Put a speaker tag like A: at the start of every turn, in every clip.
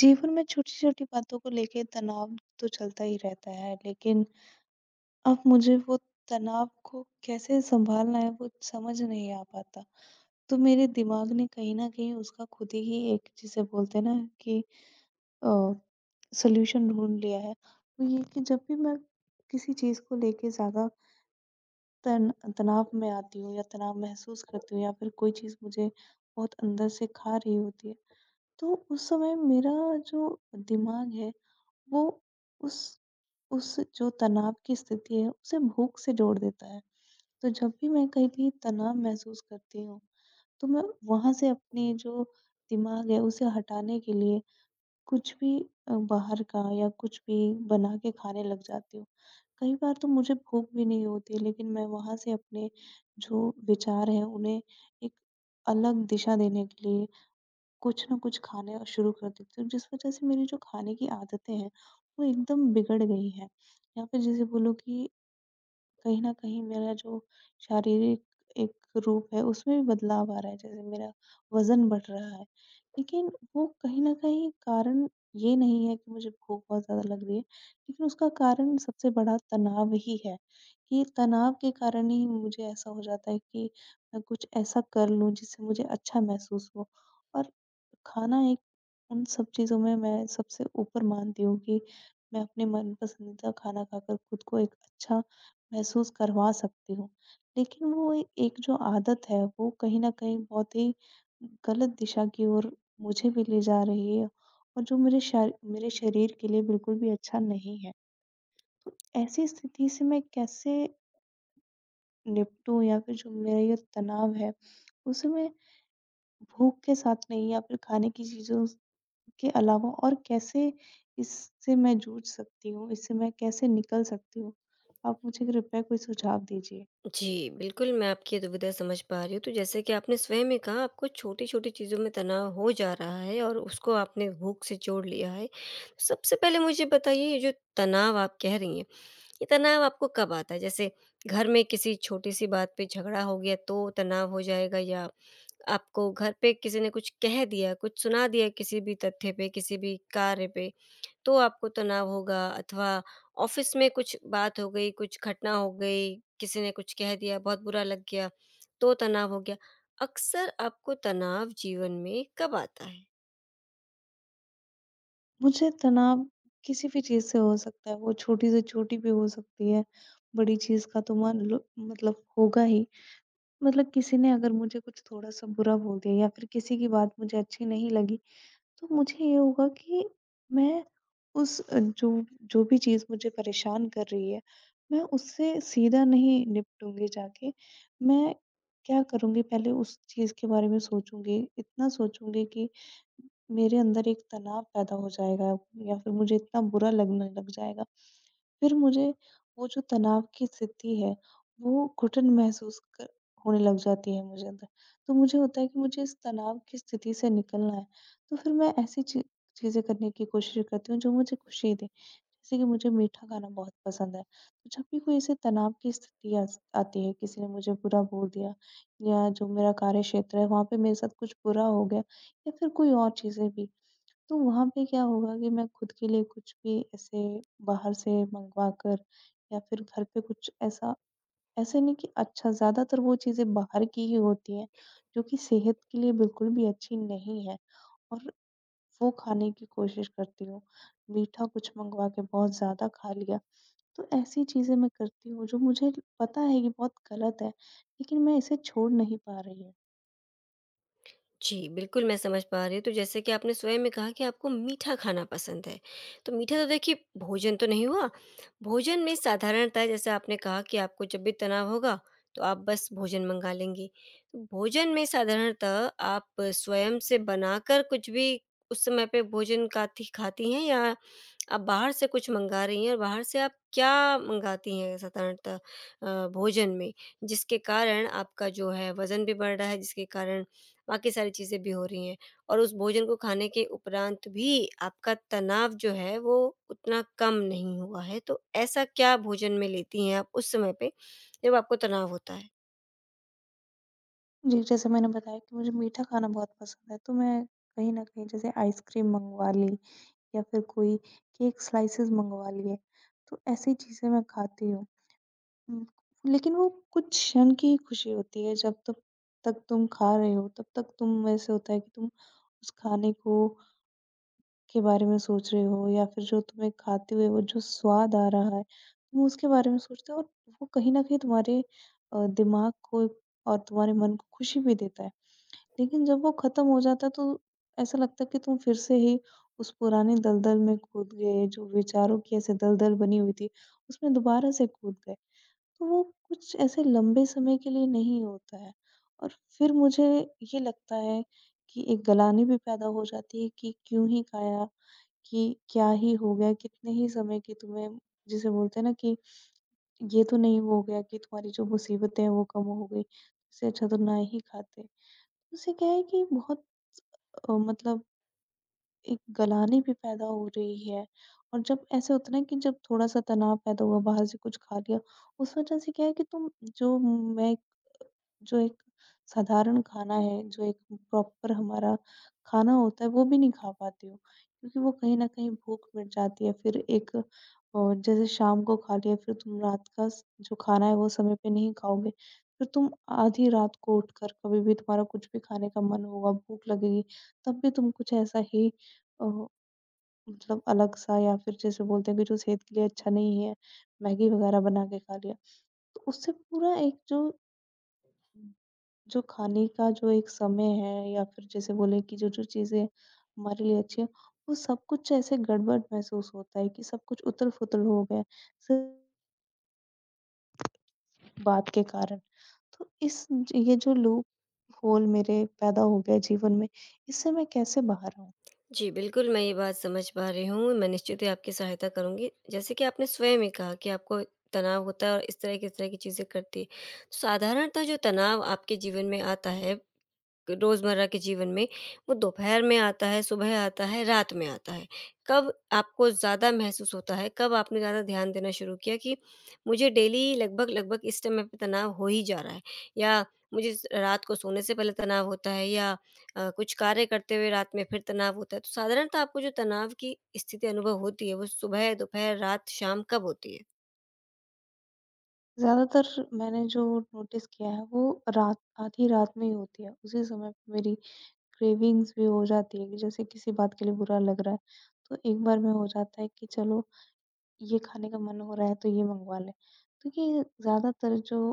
A: जीवन में छोटी-छोटी बातों को लेके तनाव तो चलता ही रहता है, लेकिन अब मुझे वो तनाव को कैसे सँभालना है वो समझ नहीं आ पाता। तो मेरे दिमाग ने कहीं न कहीं उसका खुद ही एक जिसे बोलते हैं ना कि अ, सॉल्यूशन ढूँढ लिया है। वो ये कि जब भी मैं किसी चीज़ को लेके ज़्यादा तन तनाव में आती हूँ या तनाव महसूस करती हूँ या फिर कोई चीज़ मुझे बहुत अंदर से खा रही होती है, तो उस समय मेरा जो दिमाग है वो उस उस जो तनाव की स्थिति है उसे भूख से जोड़ देता है। तो जब भी मैं कहीं भी तनाव महसूस करती हूँ, तो मैं वहाँ से अपनी जो दिमाग है उसे हटाने के लिए कुछ भी बाहर का या कुछ भी बना के खाने लग जाती हूँ। कई बार तो मुझे भूख भी नहीं होती, लेकिन मैं वहाँ से अपने जो विचार हैं उन्हें एक अलग दिशा देने के लिए कुछ न कुछ खाने शुरू कर देती हूँ, जिस वज़ह से मेरी जो खाने की आदतें हैं, वो एकदम बिगड़ गई हैं। या फिर जिसे बोलो कि कहीं न कहीं मेरा जो शारीरिक एक रूप है उसमें भी बदलाव आ रहा है, जैसे मेरा वज़न बढ़ रहा है। लेकिन वो कहीं न कहीं कारण ये नहीं है कि मुझे भूख बहुत ज़्यादा लग रही है, लेकिन उसका कारण सबसे बड़ा तनाव ही है कि तनाव के कारण ही मुझे ऐसा हो जाता है कि मैं कुछ ऐसा कर लूँ जिससे मुझे अच्छा महसूस हो, और खाना एक उन सब चीज़ों में मैं सबसे ऊपर मानती हूँ कि मैं अपने मन पसंदीदा खाना खाकर खुद को एक अच्छा महसूस करवा सकती हूँ। लेकिन वो एक जो आदत है, वो कहीं न कहीं बहुत ही गलत दिशा की ओर मुझे भी ले जा रही है, और जो मेरे शरीर के लिए बिल्कुल भी अच्छा नहीं है। तो ऐसी स्थिति से मैं कैसे निपटूँ, या फिर जो मेरा ये तनाव है उसे मैं भूख के साथ नहीं, या फिर खाने की चीज़ों के अलावा और कैसे इससे मैं जूझ सकती हूँ? इससे मैं कैसे निकल सकती हूँ? आप मुझे कृपया कोई सुझाव दीजिए।
B: जी, बिल्कुल, मैं आपकी ये दुविधा समझ पा रही हूँ। तो जैसे कि आपने स्वयं ही कहा आपको छोटी-छोटी चीज़ों में तनाव हो जा रहा है और उसको आपने भूख से जोड़ लिया है। सबसे पहले मुझे बताइए ये जो तनाव आप कह रही हैं, ये तनाव आपको कब आता है? जैसे घर में किसी छोटी-सी बात पे झगड़ा हो गया तो तनाव हो जाएगा या आपको घर पे किसी ने कुछ कह दिया, कुछ सुना दिया किसी भी तथ्य पे, किसी भी कार्य पे तो आपको तनाव होगा अथवा ऑफिस में कुछ बात हो गई, कुछ घटना हो गई, किसी ने कुछ कह दिया, बहुत बुरा लग गया, तो तनाव हो गया। अक्सर आपको तनाव जीवन में कब आता है?
A: मुझे तनाव किसी भी चीज़ से हो सकता है, वो छोटी से छोटी भी हो सकती है, बड़ी चीज़ का तो मान लो मतलब होगा ही। मतलब, किसी ने अगर मुझे कुछ थोड़ा-सा बुरा बोल दिया या फिर किसी की बात मुझे अच्छी नहीं लगी, तो मुझे ये होगा कि मैं जो जो भी चीज़ मुझे परेशान कर रही है, मैं उससे सीधा नहीं निपटूँगी जाके। मैं क्या करूँगी, पहले उस चीज़ के बारे में सोचूँगी, इतना सोचूँगी कि मेरे अंदर एक तनाव पैदा हो जाएगा या फिर मुझे इतना बुरा लगने लग जाएगा। फिर मुझे वो जो तनाव की स्थिति है, वो घुटन महसूस क होने लग जाती है मुझे अंदर। तो मुझे होता है कि मुझे इस तनाव की स्थिति से निकलना है। तो फिर मैं ऐसी ची चीज़ें करने की कोशिश करती हूँ जो मुझे खुशी दें। जैसे कि मुझे मीठा खाना बहुत पसंद है, तो जब भी कोई ऐसे तनाव की स्थिति आस आती है, किसी ने मुझे बुरा बोल दिया, या जो मेरा कार्यक्षेत्र है वहाँ पे मेरे साथ कुछ बुरा हो गया, या फिर कोई और चीज़ें भी, तो वहाँ पे क्या होगा कि मैं खुद के लिए कुछ भी ऐसे बाहर से मँगवा कर, या फिर घर पे कुछ ऐसा, ऐसे नहीं कि अच्छा, ज़्यादातर वो चीज़ें बाहर की ही होती हैं, जो कि सेहत के लिए बिल्कुल भी अच्छी नहीं है, और वो खाने की कोशिश करती हूँ। मीठा कुछ मँगवा के बहुत ज़्यादा खा लिया, तो ऐसी चीज़ें मैं करती हूँ जो मुझे पता है ये बहुत गलत है, लेकिन मैं इसे छोड़ नहीं पा रही हूँ।
B: जी, बिल्कुल मैं समझ पा रही हूँ। तो जैसे कि आपने स्वयं में कहा कि आपको मीठा खाना पसंद है। तो मीठा तो देखिए भोजन तो नहीं हुआ। भोजन में साधारणतः जैसे आपने कहा कि आपको जब भी तनाव होगा तो आप बस भोजन मँगा लेंगी। तो भोजन में साधारणतः आप स्वयं से बनाकर कुछ भी उस समय पे भोजन काती खाती हैं या आप बाहर से कुछ मँगा रही हैं और बाहर से आप क्या मँगाती हैं साधारणतः भोजन में? जिसके कारण आपका जो है वज़न भी बढ़ रहा है, जिसके कारण बाकी सारी चीज़ें भी हो रही हैं और उस भोजन को खाने के उपरांत भी आपका तनाव जो है वो उतना कम नहीं हुआ है। तो ऐसा क्या भोजन में लेती हैं आप उस समय पे जब आपको तनाव होता है?
A: जी, जैसे मैंने बताया कि मुझे मीठा खाना बहुत पसंद है, तो मैं कहीं न कहीं, जैसे आइसक्रीम मँगवा ली, या फिर कोई केक स्लाइसेस मँगवा लिए, तो ऐसी चीज़ें मैं खाती हूँ। हुँ, लेकिन वो कुछ क्षण की खुशी होती है, जब तब तक तुम खा रहे हो, तब तक तुम, ऐसे होता है कि तुम उस खाने को के बारे में सोच रहे हो, या फिर जो तुम्हें खाते हुए वो जो स्वाद आ रहा है, तुम उसके बारे में सोचते हो, और वो कहीं न कहीं तुम्हारे दिमाग को और तुम्हारे मन को खुशी भी देता है। लेकिन जब वो ख़त्म हो जाता है तो ऐसा लगता है कि तुम फिर से ही उस पुराने दलदल में कूद गए, जो विचारों की ऐसे दलदल बनी हुई थी, उसमें दोबारा से कूद गए। तो वो कुछ ऐसे लंबे समय के लिए नहीं होता है, और फिर मुझे ये लगता है कि एक गलानी भी पैदा हो जाती है कि क्यों ही खाया, कि क्या ही हो गया, कितने ही समय की तुम्हें, जिसे बोलते हैं ना कि ये तो नहीं हो गया कि तुम्हारी जो मुसीबतें हैं वो कम हो गई, इससे अच्छा तो ना ही खाते। उससे क्या है कि बहुत मतलब एक गलानी भी पैदा हो रही है। और जब ऐसे होता है ना कि जब थोड़ा-सा तनाव पैदा हुआ, बाहर से कुछ खा लिया, उस वजह से क्या है कि तुम जो मैं जो एक साधारण खाना है, जो एक प्रॉपर हमारा खाना होता है, वो भी नहीं खा पाती हूँ। क्योंकि वो कहीं न कहीं भूख मिट जाती है, फिर एक, जैसे शाम को खा लिया, फिर तुम रात का स जो खाना है, वो समय पे नहीं खाओगे। फिर तुम आधी रात को उठकर कभी भी, तुम्हारा कुछ भी खाने का मन होगा, भूख लगेगी, तब भी तुम कुछ ऐसा ही, अ, मतलब अलग-सा, या फिर जैसे बोलते हैं कि जो सेहत के लिए अच्छा नहीं है, मैगी वगैरह बना के खा लिया। तो उससे पूरा एक जो जो खाने का जो एक समय है, या फिर जैसे बोले कि जो-जो चीज़ें हमारे लिए अच्छी हैं, वो सब कुछ ऐसे गड़बड़ महसूस होता है कि सब कुछ उतल-फुतल हो गया है, सिर्फ़ बात के कारण। तो इस ज ये जो लूप होल मेरे पैदा हो गया जीवन में, इससे मैं कैसे बाहर आऊँ?
B: जी, बिल्कुल मैं ये बात समझ पा रही हूँ। मैं निश्चित ही आपकी सहायता करूँगी। जैसे कि आपने स्वयं ही कहा कि आपको तनाव होता है और इस तरह की चीज़ें करती है। साधारणतः जो तनाव आपके जीवन में आता है रोज़मर्रा के जीवन में, वो दोपहर में आता है, सुबह आता है, रात में आता है। कब आपको ज़्यादा महसूस होता है? कब आपने ज़्यादा ध्यान देना शुरू किया कि मुझे डेली लगभग-लगभग इस समय पे तनाव हो ही जा रहा है, या मुझे स रात को सोने से पहले तनाव होता है, या कुछ कार्य करते हुए रात में फिर तनाव होता है। तो साधारणतः आपको जो तनाव की स्थिति अनुभव होती है, वो सुबह, दोपहर, रात, शाम कब होती है?
A: ज़्यादातर मैंने जो नोटिस किया है वो रात आधी रात में ही होती है, उसी समय पे मेरी क्रेविंग्स भी हो जाती है कि जैसे किसी बात के लिए बुरा लग रहा है, तो एक बार में हो जाता है कि चलो ये खाने का मन हो रहा है तो ये मँगवा लें। तो ये ज़्यादातर जो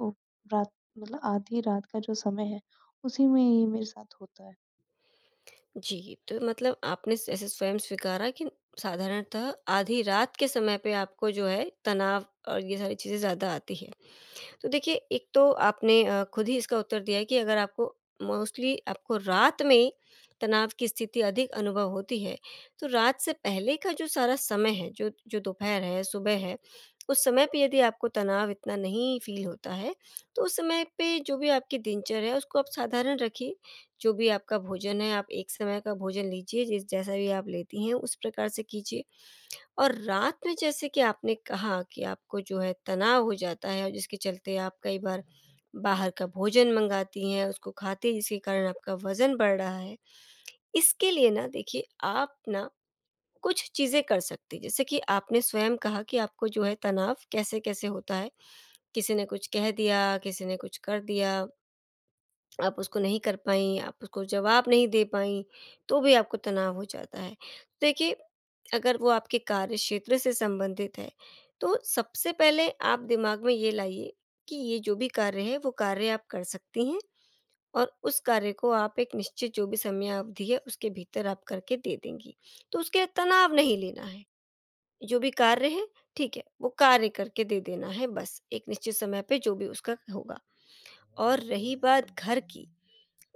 A: ओ रात मतलब आधी रात का जो समय है, उसी में ये मेरे साथ होता है।
B: जी, तो मतलब आपने स ऐसे स्वयं स्वीकारा कि साधारणतः आधी रात के समय पे आपको जो है तनाव और ये सारी चीज़ें ज़्यादा आती है। तो देखिए एक तो आपने खुद ही इसका उत्तर दिया है कि अगर आपको मोस्टली आपको रात में तनाव की स्थिति अधिक अनुभव होती है, तो रात से पहले का जो सारा समय है, जो जो दोपहर है, सुबह है, उस समय पे यदि आपको तनाव इतना नहीं फ़ील होता है, तो उस समय पे जो भी आपकी दिनचर्या है उसको आप साधारण रखिए। जो भी आपका भोजन है, आप एक समय का भोजन लीजिए जिस जैसा भी आप लेती हैं उस प्रकार से कीजिए। और रात में जैसे कि आपने कहा कि आपको जो है तनाव हो जाता है और जिसके चलते आप कई बार बाहर का भोजन मंगाती हैं, उसको खाती हैं जिसके कारण आपका वज़न बढ़ रहा है। इसके लिए ना देखिए, आप ना कुछ चीज़ें कर सकती हैं, जैसे कि आपने स्वयं कहा कि आपको जो है तनाव कैसे-कैसे होता है, किसी ने कुछ कह दिया, किसी ने कुछ कर दिया। आप उसको नहीं कर पाईं, आप उसको जवाब नहीं दे पाईं, तो भी आपको तनाव हो जाता है। देखिए, अगर वो आपके कार्यक्षेत्र से संबंधित है, तो सबसे पहले आप दिमाग में ये लाइए कि ये जो भी कार्य है, वो कार्य आप कर सकती हैं और उस कार्य को आप एक निश्चित जो भी समयावधि है, उसके भीतर आप करके दे देंगी। तो उसके लिए तनाव नहीं लेना है। जो भी कार्य है, ठीक है, वो कार्य करके दे देना है बस, एक निश्चित समय पे जो भी उसका होगा। और रही बात घर की,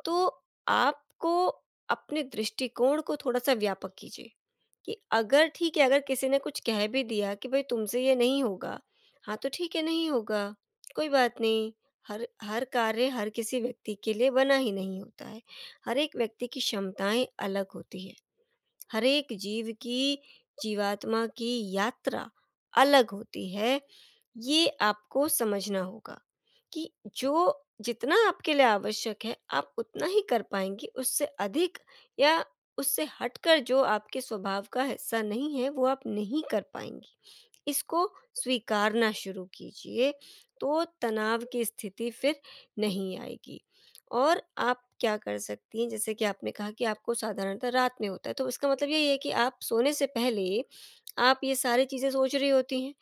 B: तो आपको अपने दृष्टिकोण को थोड़ा-सा व्यापक कीजिए कि अगर ठीक है, अगर किसी ने कुछ कह भी दिया कि भई तुमसे ये नहीं होगा, हाँ, तो ठीक है नहीं होगा, कोई बात नहीं। हर हर कार्य हर किसी व्यक्ति के लिए बना ही नहीं होता है। हर एक व्यक्ति की क्षमताएँ अलग होती है। हर एक जीव की जीवात्मा की यात्रा अलग होती है, ये आपको समझना होगा कि जो जितना आपके लिए आवश्यक है, आप उतना ही कर पाएँगे, उससे अधिक या उससे हटकर जो आपके स्वभाव का हिस्सा नहीं है, वो आप नहीं कर पाएँगे। इसको स्वीकारना शुरू कीजिए, तो तनाव की स्थिति फिर नहीं आएगी। और आप क्या कर सकती हैं, जैसे कि आपने कहा कि आपको साधारणतः रात में होता है, तो इसका मतलब यही है कि आप सोने से पहले आप ये सारी चीज़ें सोच रही होती हैं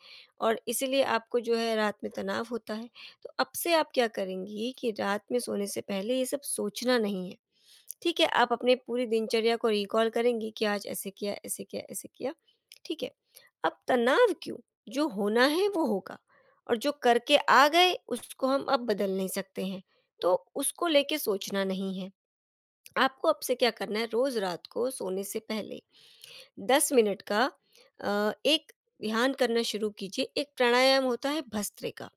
B: और इसीलिए आपको जो है रात में तनाव होता है। तो अब से आप क्या करेंगी कि रात में सोने से पहले ये सब सोचना नहीं है। ठीक है, आप अपने पूरी दिनचर्या को रिकॉल करेंगी कि आज ऐसे किया, ऐसे किया, ऐसे किया। ठीक है। अब तनाव क्यों? जो होना है वो होगा, और जो करके आ गए उसको हम अब बदल नहीं सकते हैं, तो उसको लेके सोचना नहीं है। आपको अब से क्या करना है रोज़ रात को सोने से पहले, 10 मिनट का एक ध्यान करना शुरू कीजिए। एक प्राणायाम होता है भस्त्रिका।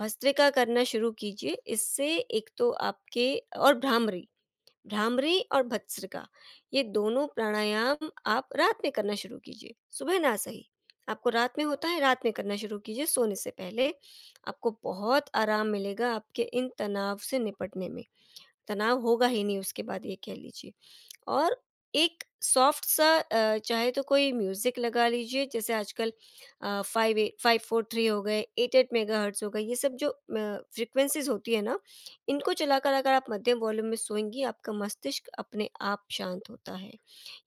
B: भस्त्रिका करना शुरू कीजिए। इससे एक तो आपके और भ्रामरी, भ्रामरी और भस्त्रिका, ये दोनों प्राणायाम आप रात में करना शुरू कीजिए, सुबह ना सही। आपको रात में होता है, रात में करना शुरू कीजिए सोने से पहले। आपको बहुत आराम मिलेगा आपके इन तनाव से निपटने में। तनाव होगा ही नहीं उसके बाद, ये कह लीजिए। और एक सॉफ्ट सा चाहे तो कोई म्यूज़िक लगा लीजिए, जैसे आजकल 5 ए 5, 4, 3 हो गए, 8, 8 मेगाहर्ट्ज़ हो गए, ये सब जो फ्रीक्वेंसीज़ होती है ना, इनको चलाकर अगर आप मध्यम वॉल्यूम में सोएँगी, आपका मस्तिष्क अपने आप शांत होता है।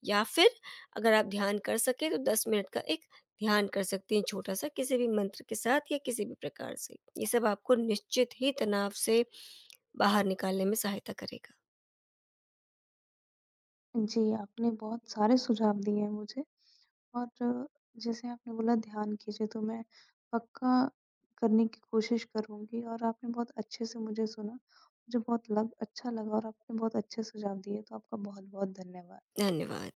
B: या फिर अगर आप ध्यान कर सकें तो 10 मिनट का एक ध्यान कर सकती हैं छोटा-सा, किसी भी मंत्र के साथ या किसी भी प्रकार से। ये सब आपको निश्चित ही तनाव से बाहर निकालने में सहायता करेगा।
A: जी, आपने बहुत सारे सुझाव दिए हैं मुझे, और जैसे आपने बोला ध्यान कीजिए, तो मैं पक्का करने की कोशिश करूँगी, और आपने बहुत अच्छे से मुझे सुना। मुझे बहुत लग अच्छा लगा और आपने बहुत अच्छे सुझाव दिए, तो आपका बहुत-बहुत धन्यवाद।
B: धन्यवाद।